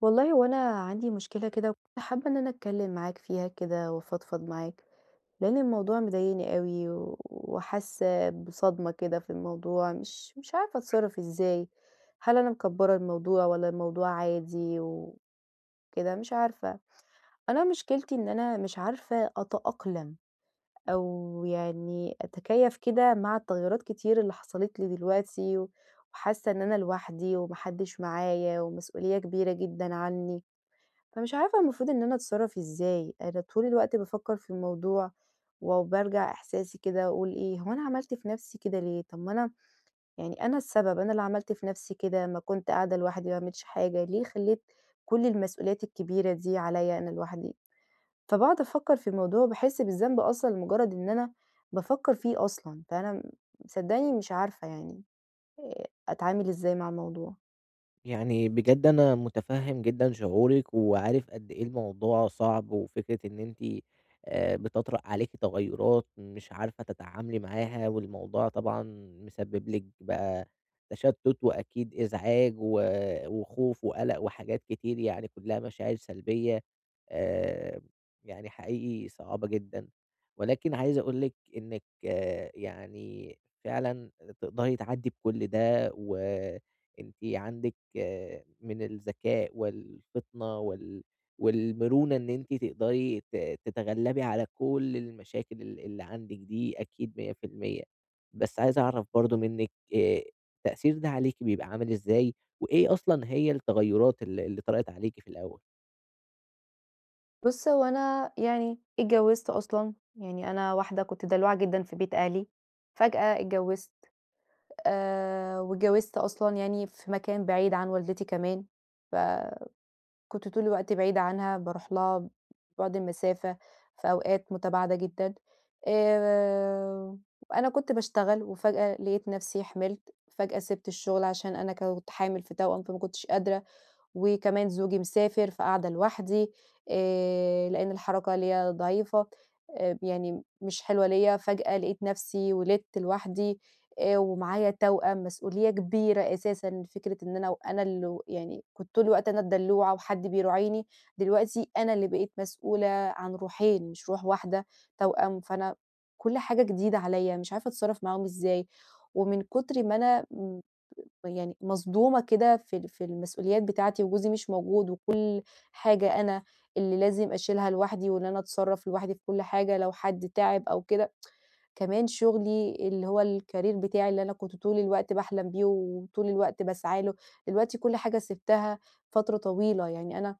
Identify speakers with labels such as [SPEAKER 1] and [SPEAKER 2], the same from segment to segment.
[SPEAKER 1] والله هو أنا عندي مشكلة كده وكنت حابة إن أنا أتكلم معاك فيها كده وأفضفض معاك، لأن الموضوع مضايقني أوي و وحاسة بصدمة كده في الموضوع مش عارفة أتصرف إزاي، هل أنا مكبرة الموضوع والّا الموضوع عادي وكده مش عارفة، أنا مشكلتي إن أنا مش عارفة أتأقلم أو يعني أتكيف كده مع التغيرات كتير اللي حصلت لي دلوقتي، وحاسة إن أنا لوحدي وما حدش معايا ومسؤولية كبيرة جدًا عني. فمش عارفة المفروض إن أنا أتصرّف إزاي، أنا طول الوقت بافكّر في الموضوع وبارجع إحساسي كده أقول إيه، هو أنا عملت في نَفْسي كده ليه؟ طَب ما أنا يعني أنا السبب، أنا اللي عملت في نَفْسي كده، ما كنت قاعدة لوحدي ما باعملش حاجة، ليه خلّيت كل المسؤوليات الكبيرة دي عليّا أنا لوحدي؟ فباقعد أفكّر في الموضوع وباحس بالذنب أصلًا لمُجرّد إن أنا بافكّر فيه أصلًا، فأنا صدّقني مش عارفة يعني أتعامل إزاي مع الموضوع.
[SPEAKER 2] يعني بجد أنا متفهم جدًا شعورِك، وعارف قد إيه الموضوع صعب، وفكرة إن أنتِ بتطرأ عليكِ تغيرات مش عارفة تتعاملي معاها، والموضوع طبعًا مسبب لِك بقى تشتت، وأكيد إزعاج، وخوف، وقلق، وحاجات كتير، يعني كلها مشاعر سلبية. آآ يعني حقيقي صعبة جدًا. ولكن عايز أقول لِك إنِك يعني فعلًا تقدري تعدي بكل ده، أنتِ عندِك من الذكاء والفطنة والمرونة، إن أنتِ تقدري تتغلبي على كل المشاكل اللي عندِك دي، أكيد 100%. بس عايز أعرف برضه منِّك التأثير ده عليكِ بيبقى عامل إزاي، وإيه أصلًا هي التغيرات اللي طرأت عليكِ في الأول؟
[SPEAKER 1] بُص، هو أنا يعني اتجوّزت أصلًا، يعني أنا واحدة كنت دلوعة جدًا في بيت أهلي، فجأة اتجوّزت واتجوّزت أصلًا يعني في مكان بعيد عن والدتي كمان، فكنت طول الوقت بعيدة عنها، باروح لها بُعد المسافة في أوقات متباعدة جدًا، آآ، أنا كنت باشتغل وفجأة لقيت نفسي حملت، فجأة سِبت الشغل عشان أنا كنت حامل في توأم، فما كنتش قادرة وكمان زوجي مسافر، فقاعدة لوحدي، لإن الحركة ليّا ضعيفة، يعني مش حلوة ليّا، فجأة لقيت نفسي ولدت لوحدي، ومعايا توأم، مسؤولية كبيرة أساسًا فكرة إن أنا وأنا اللي يعني كنت طول الوقت أنا الدلوعة وحد بيراعيني، دلوقتي أنا اللي بقيت مسؤولة عن روحين، مش روح واحدة، توأم، فأنا كل حاجة جديدة عليّا، مش عارفة أتصرّف معاهم إزاي، ومن كتر ما أنا يعني مصدومة كده في ال في المسؤوليات بتاعتي وجوزي مش موجود، وكل حاجة أنا اللي لازم أشيلها لوحدي، وإن أنا أتصرّف لوحدي في كل حاجة لو حد تعب أو كده، كمان شغلي اللي هو الcareer بتاعي اللي أنا كنت طول الوقت باحلم بيه وطول الوقت باسعى له، دلوقتي كل حاجة سِبتها فترة طويلة، يعني أنا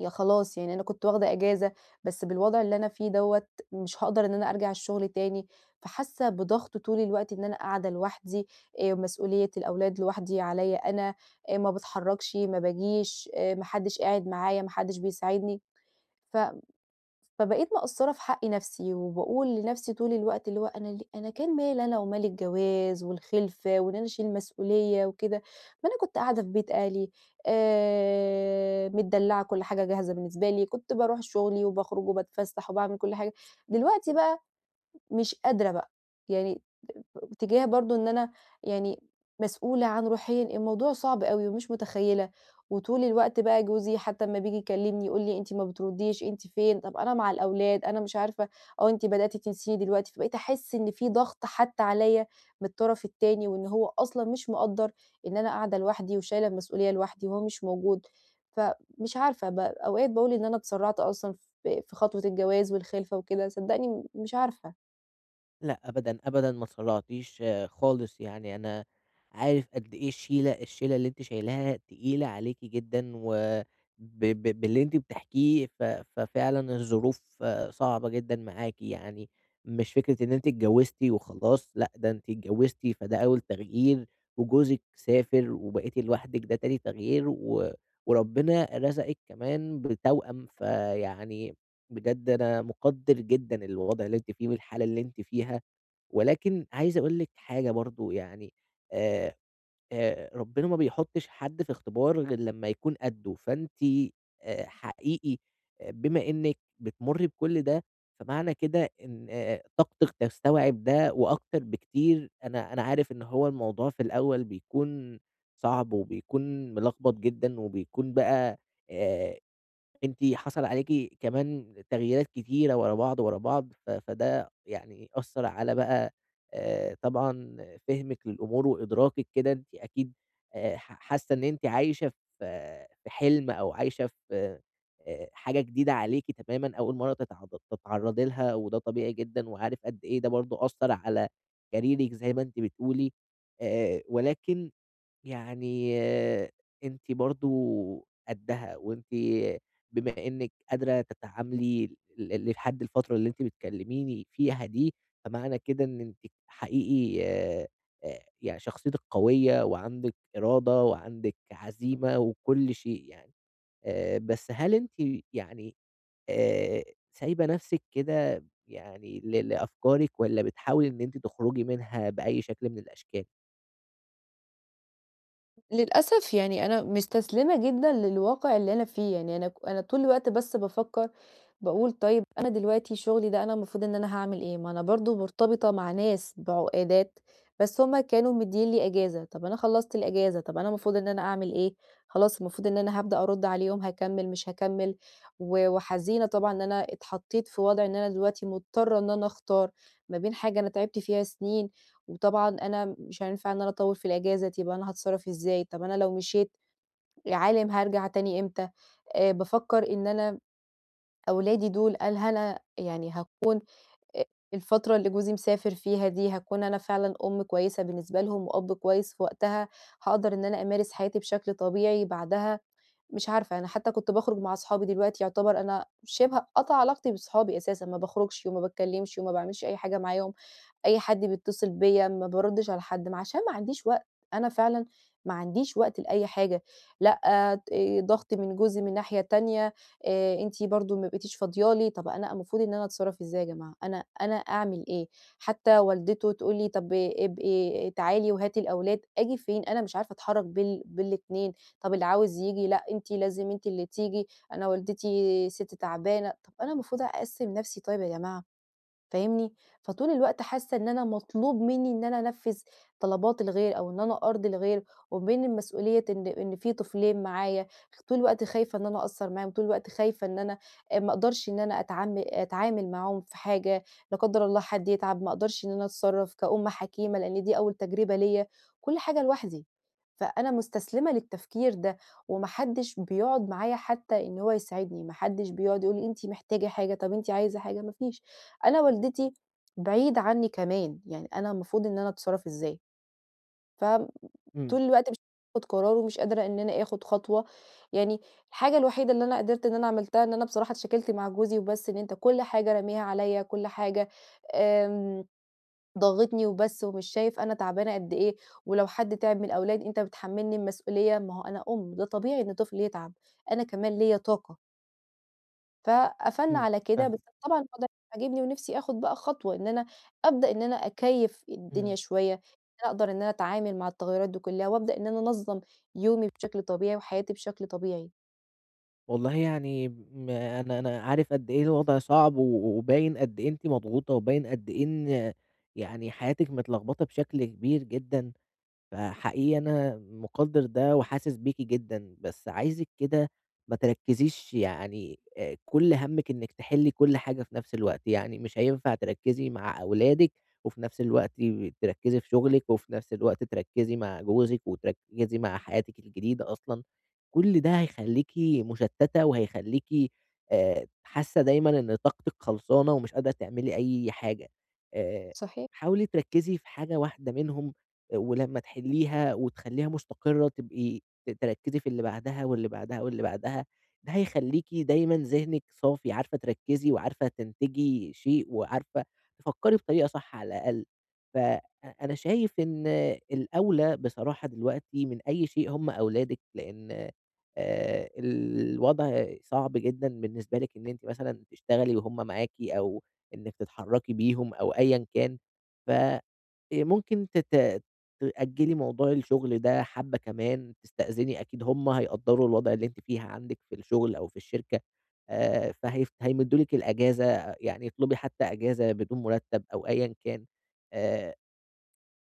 [SPEAKER 1] يا خلاص يعني أنا كنت واخدة إجازة، بس بالوضع اللي أنا فيه دوّة مش هاقدر إن أنا أرجع الشغل تاني، فحاسة بضغط طول الوقت إن أنا قاعدة لوحدي، مسؤولية الأولاد لوحدي عليَّ أنا، ما باتحركش، ما باجيش، ما حدش قاعد معايا، ما حدش بيساعدني، ف فبقيت مقصّرة في حق نَفْسي، وباقول لنَفْسي طول الوقت اللي هو أنا ليه أنا كان مالي أنا ومال الجواز والخِلفة وإن أنا أشيل مسؤولية وكده، ما أنا كنت قاعدة في بيت أهلي متدلّعة كل حاجة جاهزة بالنسبة لي، كنت باروح شُغلي وباخرج وباتفسّح وباعمل كل حاجة، دلوقتي بقى مش قادرة بقى، يعني تجاه برضه إن أنا يعني مسؤولة عن روحيًا، الموضوع صعب أوي ومش متخيلة، وطول الوقت بقى جوزي حتى أمّا بييجي يكلمني يقول لي: "أنتِ ما بترديش، أنتِ فين؟ طب أنا مع الأولاد، أنا مش عارفة." "آه أنتِ بدأتِ تنسيني دلوقتي." فبقيت أحس إن في ضغط حتى عليَّ من الطرف التاني، وإن هو أصلًا مش مقدّر إن أنا قاعدة لوحدي وشايلة المسؤولية لوحدي وهو مش موجود، فمش عارفة أوقات باقول إن أنا اتسرعت أصلًا في خطوة الجواز والخلفة وكده، صدقني مش عارفة.
[SPEAKER 2] لأ أبدًا، أبدًا ما اتسرعتيش خالص. يعني أنا عارف قد إيه الشيلة اللي أنتِ شايلاها تقيلة عليكِ جدًا، و ب ب باللي أنتِ بتحكيه ففعلًا الظروف صعبة جدًا معاكِ. يعني مش فكرة إن أنتِ اتجوزتِ وخلاص، لأ ده أنتِ اتجوزتِ فده أول تغيير، وجوزِك سافر وبقيتِ لوحدِك ده تاني تغيير، وربنا رزقِك كمان بتوأم. فيعني بجد أنا مقدّر جدًا الوضع اللي أنتِ فيه والحالة اللي أنتِ فيها. ولكن عايز أقول لِك حاجة برضه، يعني آآ ربنا ما بيحطّش حد في اختبار غير لمّا يكون قدّه. فأنتِ حقيقي، بما إنِّك بتمُرّي بكل ده، فمعنى كده إن طاقتِك تستوعب ده وأكتر بكتير. أنا عارف إن هو الموضوع في الأول بيكون صعب، وبيكون ملخبط جدًا، وبيكون بقى آآ أنتِ حصل عليكِ كمان تغييرات كتيرة ورا بعض، ورا بعض. فده يعني أثّر على بقى طبعًا فهمِك للأمور وإدراكِك كده. أنتِ أكيد ح حاسة إن أنتِ عايشة في في حلم، أو عايشة في حاجة جديدة عليكِ تمامًا، أول مرّة تتعرّضي لها، وده طبيعي جدًا. وعارف قد إيه ده برضه أثّر على كاريرِك زي ما أنتِ بتقولي. ولكن يعني أنتِ برضه قدّها، وأنتِ بما إنِّك قادرة تتعاملي لحد الفترة اللي أنتِ بتكلميني فيها دي، فمعنى كده إن أنتِ حقيقي، يعني شخصيتِك قوية وعندِك إرادة وعندِك عزيمة وكل شيء يعني. بس هل أنتِ يعني آآ سايبة نَفْسِك كده يعني لأفكارِك، والّا بتحاولي إن أنتِ تخرجي منها بأي شكل من الأشكال؟
[SPEAKER 1] للأسف يعني أنا مستسلمة جدًا للواقع اللي أنا فيه، يعني أنا أنا طول الوقت بس بافكّر باقول طيب أنا دلوقتي شغلي ده أنا المفروض إن أنا هاعمل إيه؟ ما أنا برضه مرتبطة مع ناس بعقودات، بس هُم كانوا مدّيين لي إجازة، طب أنا خلّصت الإجازة، طب أنا المفروض إن أنا أعمل إيه؟ خلاص المفروض إن أنا هابدأ أرُد عليهم هاكمّل، مش هاكمّل، وحزينة طبعًا إن أنا اتحطيت في وضع إن أنا دلوقتي مضطرة إن أنا أختار ما بين حاجة أنا تعبت فيها سنين، وطبعًا أنا مش هينفع إن أنا أطوّل في الإجازة دي، يبقى أنا هاتصرّف إزاي؟ طب أنا لو مشيت يا عالِم هارجع تاني إمتى؟ بافكّر إن أنا أولادي دول، قال هل أنا يعني هاكون أ الفترة اللي جوزي مسافر فيها دي، هاكون أنا فعلًا أُم كويسة بالنسبة لهم وأب كويس في وقتها، هاقدر إن أنا أمارس حياتي بشكل طبيعي بعدها، مش عارفة، أنا حتى كنت باخرج مع أصحابي دلوقتي يعتبر أنا شِبه قاطعة علاقتي بصحابي أساسًا، ما باخرجش وما باتكلمش وما باعملش أي حاجة معاهم. أي حد بيتصل بيّا ما باردّش على حد، ما عشان ما عنديش وقت، أنا فعلًا ما عنديش وقت لأي حاجة، لأ ضغط من جوزي من ناحية تانية، أنتِ برضه ما بقيتيش فاضية لي، طَب أنا المفروض إن أنا أتصرّف إزاي يا جماعة، أنا أعمل إيه؟ حتى والدته تقول لي: "طَب ابقي تعالي وهاتي الأولاد." آجي فين؟ أنا مش عارفة أتحرّك بال2، طَب اللي عاوز ييجي لأ أنتِ لازم أنتِ اللي تيجي، أنا والدتي سِت تعبانة، طَب أنا المفروض أقسّم نَفْسي طيب يا جماعة؟ فاهمني؟ فطول الوقت حاسة إن أنا مطلوب مني إن أنا أنفّذ طلبات الغير أو إن أنا أرضي الغير، وبين المسؤولية إن في طفلين معايا، طول الوقت خايفة إن أنا أقصّر معاهم، طول الوقت خايفة إن أنا ما أقدرش إن أنا أتعامل معاهم في حاجة، لا قدّر الله حد يتعب، ما أقدرش إن أنا أتصرّف كأم حكيمة لإن دي أول تجربة ليّا، كل حاجة لوحدي، فأنا مستسلمة للتفكير ده، وما حدش بيقعد معايا حتى إن هو يساعدني، ما حدش بيقعد يقول لي أنتِ محتاجة حاجة، طب أنتِ عايزة حاجة، ما فيش. أنا والدتي بعيدة عني كمان، يعني أنا المفروض إن أنا أتصرّف إزاي، فطول
[SPEAKER 2] إمم.
[SPEAKER 1] الوقت مش باخد قرار ومش قادرة إن أنا آخد خطوة، يعني الحاجة الوحيدة اللي أنا قدرت إن أنا عملتها إن أنا بصراحة اتشكلت مع جوزي وبس، إن أنت كل حاجة راميها عليَّ، كل حاجة آمم، ضاغطني وبس ومش شايف أنا تعبانة قد إيه، ولو حد تعب من الأولاد أنت بتحمّلني المسؤولية، ما هو أنا أم، ده طبيعي إن طفلي يتعب، أنا كمان ليّا طاقة. فقفلنا
[SPEAKER 2] إمم.
[SPEAKER 1] على كده، بس
[SPEAKER 2] فاهمِك.
[SPEAKER 1] طبعًا الوضع عاجبني ونِفْسي آخُد بقى خطوة إن أنا أبدأ إن أنا أكيّف الدنيا
[SPEAKER 2] إمم.
[SPEAKER 1] شوية، إن أنا أقدر إن أنا أتعامل مع التغيّرات دي كُلّها وأبدأ إن أنا أنظّم يومي بشكل طبيعي وحياتي بشكل طبيعي.
[SPEAKER 2] والله يعني، م أنا أنا عارف قد إيه الوضع صعب، وباين قد إيه أنتِ مضغوطة، وباين قد إيه إن يعني حياتِك متلخبطة بشكل كبير جدًا. فحقيقي أنا مقدّر ده وحاسس بيكِ جدًا. بس عايزِك كده ما تركّزيش، يعني كل هَمِّك إنِّك تحلّي كل حاجة في نفس الوقت. يعني مش هينفع تركّزي مع أولادِك وفي نفس الوقت تركّزي في شغلِك وفي نفس الوقت تركّزي مع جوزِك وتركّزي مع حياتِك الجديدة أصلًا، كل ده هيخلّيكِ مشتّتة، وهيخلّيكِ حاسة دايمًا إن طاقتِك خلصانة ومش قادرة تعملي أي حاجة. آآ
[SPEAKER 1] صحيح.
[SPEAKER 2] حاولي تركّزي في حاجة واحدة منهم، ولمّا تحلّيها وتخلّيها مستقرة تبقي تركّزي في اللي بعدها واللي بعدها واللي بعدها. ده هيخلّيكِ دايمًا ذهنِك صافي، عارفة تركّزي وعارفة تنتجي شيء وعارفة تفكّري بطريقة صح على الأقل. فأ أنا شايف إن الأولى بصراحة دلوقتي من أي شيء هم أولادِك، لإن الوضع صعب جدًا بالنسبة لِك إن أنتِ مثلًا تشتغلي وهم معاكِ، أو إنِّك تتحرّكي بيهم أو أيًا كان. ف ممكن تأجّلي موضوع الشغل ده حبّة كمان، تستأذني، أكيد هم هيقدّروا الوضع اللي أنتِ فيه عندِك في الشغل أو في الشركة. فهيف هيمدّوا لِك الأجازة، يعني اطلبي حتى أجازة بدون مُرتّب أو أيًا كان. آآ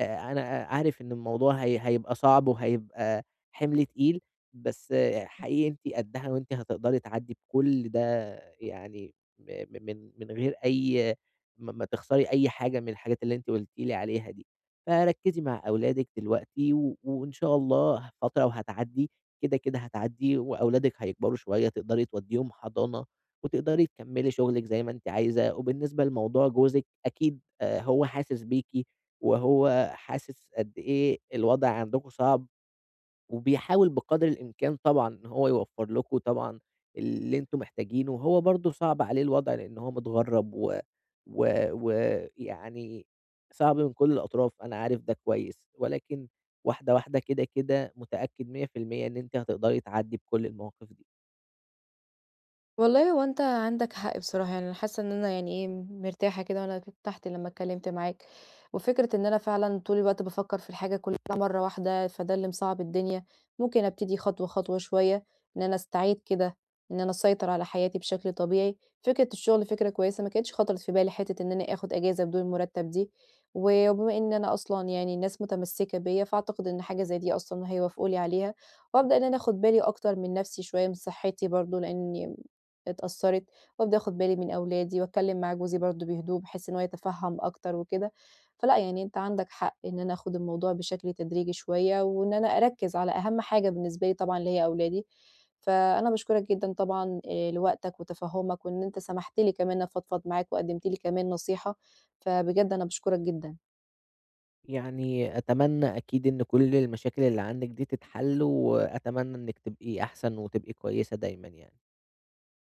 [SPEAKER 2] أنا عارف إن الموضوع هيبقى صعب وهيبقى حِمل تقيل. بس حقيقي أنتِ قدّها وأنتِ هتقدري تعدّي بكل ده، يعني م م من من غير أي ما ما تخسري أي حاجة من الحاجات اللي أنتِ قُلتِ لي عليها دي. فركّزي مع أولادِك دلوقتي، وإن شاء الله فترة وهتعدّي. كده، كده هتعدّي، وأولادِك هيكبروا شوية تقدري تودّيهم حضانة وتقدري تكمّلي شُغلِك زي ما أنتِ عايزة. وبالنسبة لموضوع جوزِك، أكيد هو حاسس بيكِ، وهو حاسس قد إيه الوضع عندكم صعب، وبيحاول بقدر الإمكان طبعًا إن هو يوفّر لكم طبعًا اللي أنتم محتاجينه. وهو برضه صعب عليه الوضع لإن هو متغرّب و و ويعني صعب من كل الأطراف. أنا عارف ده كويس، ولكن واحدة، واحدة كده، كده متأكد 100% إن أنتِ هتقدري تعدّي بكل المواقف دي.
[SPEAKER 1] والله هو أنت عندك حق بصراحة، يعني أنا حاسة إن أنا يعني إيه، مرتاحة كده وأنا ارتحت لمّا اتكلمت معاك، وفكرة إن أنا فعلًا طول الوقت بافكر في الحاجة كلها مرة واحدة، فده اللي مصعّب الدنيا، ممكن أبتدي خطوة، خطوة شوية، إن أنا أستعيد كده إن أنا أسيطر على حياتي بشكل طبيعي، فكرة الشغل فكرة كويسة، ما كانتش خطرت في بالي حتة إن أنا آخد إجازة بدون مرتب دي، وبما إن أنا أصلًا يعني الناس متمسكة بيّا، فأعتقد إن حاجة زي دي أصلًا هيوافقوا لي عليها، وأبدأ إن أنا آخد بالي أكتر من نفسي شوية، من صحتي برضه، لإني اتأثّرت، وأبدأ آخُد بالي من أولادي وأتكلّم مع جوزي برضه بهدوء بحيث إن هو يتفهّم أكتر وكده، فلأ، يعني أنت عندك حق إن أنا آخُد الموضوع بشكل تدريجي شوية وإن أنا أركّز على أهَم حاجة بالنسبة لي طبعًا اللي هي أولادي، فأنا باشكرك جدًا طبعًا لوقتك وتفهُّمك وإن أنت سمحت لي كمان أفضفض معاك وقدّمت لي كمان نصيحة، فبجد أنا باشكرك جدًا.
[SPEAKER 2] يعني أتمنى أكيد إن كل المشاكل اللي عندِك دي تتحل، وأتمنى إنِّك تبقي أحسن وتبقي كويسة دايمًا يعني.